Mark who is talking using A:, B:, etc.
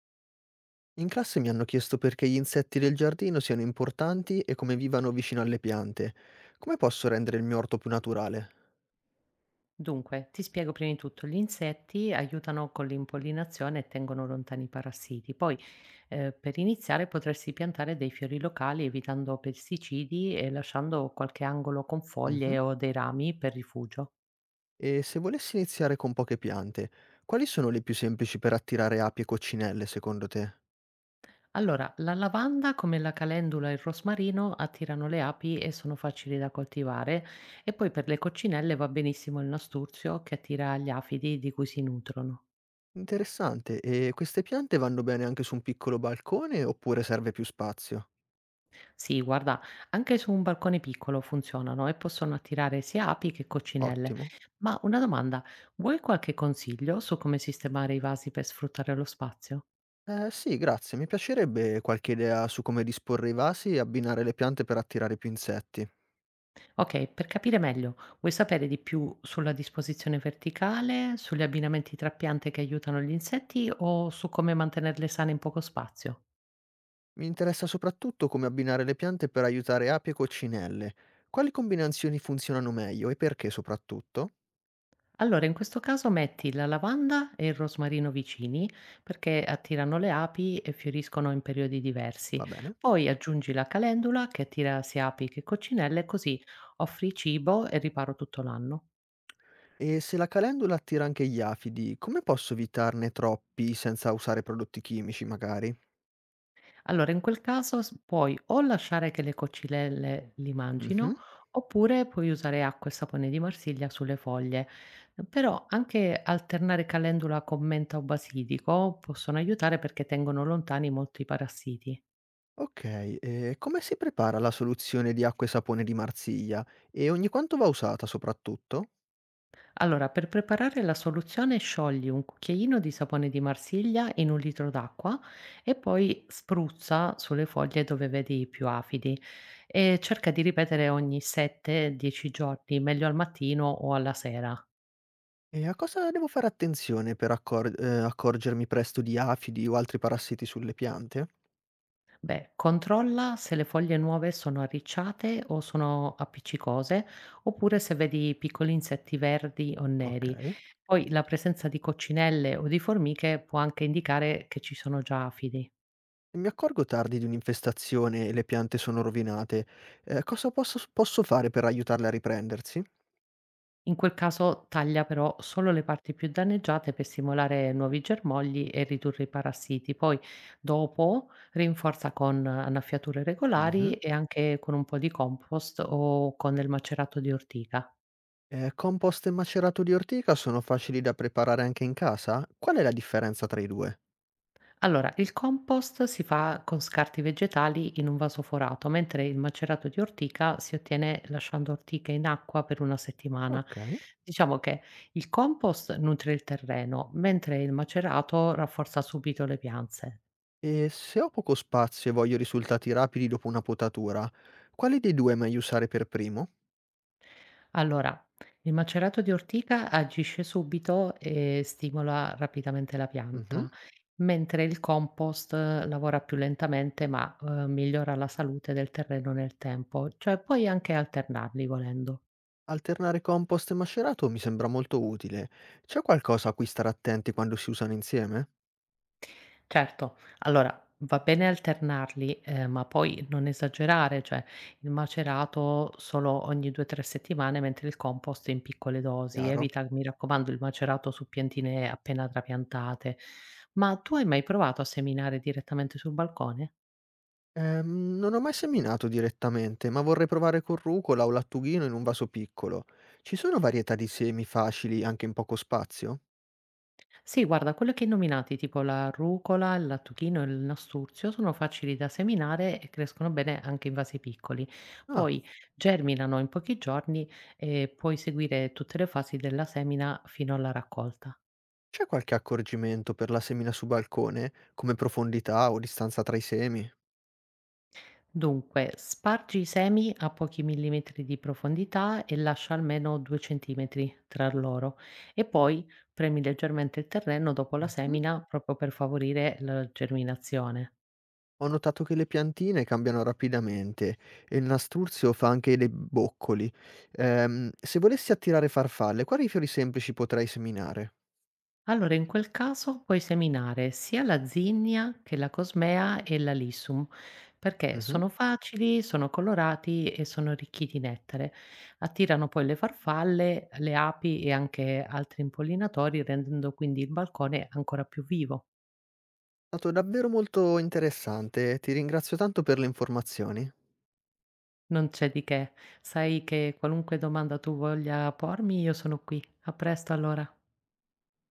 A: In classe mi hanno chiesto perché gli insetti del giardino siano importanti e come vivano vicino alle piante. Come posso rendere il mio orto più naturale?
B: Dunque, ti spiego prima di tutto, gli insetti aiutano con l'impollinazione e tengono lontani i parassiti. Poi, per iniziare, potresti piantare dei fiori locali evitando pesticidi e lasciando qualche angolo con
A: Mhm.
B: foglie o dei rami per rifugio.
A: E se volessi iniziare con poche piante, quali sono le più semplici per attirare api e coccinelle, secondo te?
B: Allora, la lavanda, come la calendula e il rosmarino, attirano le api e sono facili da coltivare. E poi per le coccinelle va benissimo il nasturzio che attira gli afidi di cui si nutrono.
A: Interessante. E queste piante vanno bene anche su un piccolo balcone oppure serve più spazio?
B: Sì, guarda, anche su un balcone piccolo funzionano e possono attirare sia api che coccinelle.
A: Ottimo.
B: Ma una domanda, vuoi qualche consiglio su come sistemare i vasi per sfruttare lo spazio?
A: Eh sì, grazie. Mi piacerebbe qualche idea su come disporre i vasi e abbinare le piante per attirare più insetti.
B: Ok, per capire meglio, vuoi sapere di più sulla disposizione verticale, sugli abbinamenti tra piante che aiutano gli insetti o su come mantenerle sane in poco spazio?
A: Mi interessa soprattutto come abbinare le piante per aiutare api e coccinelle. Quali combinazioni funzionano meglio e perché soprattutto?
B: Allora, in questo caso metti la lavanda e il rosmarino vicini perché attirano le api e fioriscono in periodi diversi.
A: Va bene.
B: Poi aggiungi la calendula che attira sia api che coccinelle, così offri cibo e riparo tutto l'anno.
A: E se la calendula attira anche gli afidi, come posso evitarne troppi senza usare prodotti chimici magari?
B: Allora, in quel caso puoi o lasciare che le coccinelle li
A: Mhm.
B: mangino, oppure puoi usare acqua e sapone di Marsiglia sulle foglie. Però anche alternare calendula con menta o basilico possono aiutare perché tengono lontani molti parassiti.
A: Ok, e come si prepara la soluzione di acqua e sapone di Marsiglia? E ogni quanto va usata soprattutto?
B: Allora, per preparare la soluzione sciogli un cucchiaino di sapone di Marsiglia in un litro d'acqua e poi spruzza sulle foglie dove vedi più afidi e cerca di ripetere ogni 7-10 giorni, meglio al mattino o alla sera.
A: E a cosa devo fare attenzione per accorgermi presto di afidi o altri parassiti sulle piante?
B: Beh, controlla se le foglie nuove sono arricciate o sono appiccicose, oppure se vedi piccoli insetti verdi o
A: Ok.
B: neri. Poi la presenza di coccinelle o di formiche può anche indicare che ci sono già afidi.
A: Mi accorgo tardi di un'infestazione e le piante sono rovinate. Cosa posso fare per aiutarle a riprendersi?
B: In quel caso taglia però solo le parti più danneggiate per stimolare nuovi germogli e ridurre i parassiti. Poi dopo rinforza con annaffiature
A: Mhm.
B: regolari e anche con un po' di compost o con del macerato di ortica.
A: Compost e macerato di ortica sono facili da preparare anche in casa? Qual è la differenza tra i due?
B: Allora, il compost si fa con scarti vegetali in un vaso forato, mentre il macerato di ortica si ottiene lasciando ortica in acqua per una settimana.
A: Ok.
B: Diciamo che il compost nutre il terreno, mentre il macerato rafforza subito le piante.
A: E se ho poco spazio e voglio risultati rapidi dopo una potatura, quale dei due è meglio usare per primo?
B: Allora, il macerato di ortica agisce subito e stimola rapidamente la
A: Mhm.
B: pianta, mentre il compost lavora più lentamente ma migliora la salute del terreno nel tempo, cioè puoi anche alternarli volendo.
A: Alternare compost e macerato mi sembra molto utile. C'è qualcosa a cui stare attenti quando si usano insieme?
B: Certo, allora va bene alternarli, ma poi non esagerare, cioè il macerato solo ogni 2, 3 settimane, mentre il compost in piccole dosi.
A: Chiaro.
B: Evita, mi raccomando, il macerato su piantine appena trapiantate. Ma tu hai mai provato a seminare direttamente sul balcone?
A: Non ho mai seminato direttamente, ma vorrei provare con rucola o lattughino in un vaso piccolo. Ci sono varietà di semi facili anche in poco spazio?
B: Sì, guarda, quello che hai nominati, tipo la rucola, il lattuchino e il nasturzio, sono facili da seminare e crescono bene anche in vasi piccoli.
A: Ah,
B: Poi germinano in pochi giorni e puoi seguire tutte le fasi della semina fino alla raccolta.
A: c'è qualche accorgimento per la semina su balcone, come profondità o distanza tra i semi?
B: Dunque, spargi i semi a pochi millimetri di profondità e lascia almeno 2 centimetri tra loro e poi premi leggermente il terreno dopo la
A: Mhm.
B: semina proprio per favorire la germinazione.
A: Ho notato che le piantine cambiano rapidamente e il nastruzio fa anche dei boccoli. Se volessi attirare farfalle, quali fiori semplici potrei seminare?
B: Allora, in quel caso puoi seminare sia la zinnia che la cosmea e l'alisum, perché
A: Mhm.
B: sono facili, sono colorati e sono ricchi di nettare. Attirano poi le farfalle, le api e anche altri impollinatori, rendendo quindi il balcone ancora più vivo.
A: È stato davvero molto interessante, ti ringrazio tanto per le informazioni.
B: Non c'è di che. Sai che qualunque domanda tu voglia pormi, io sono qui. A presto allora.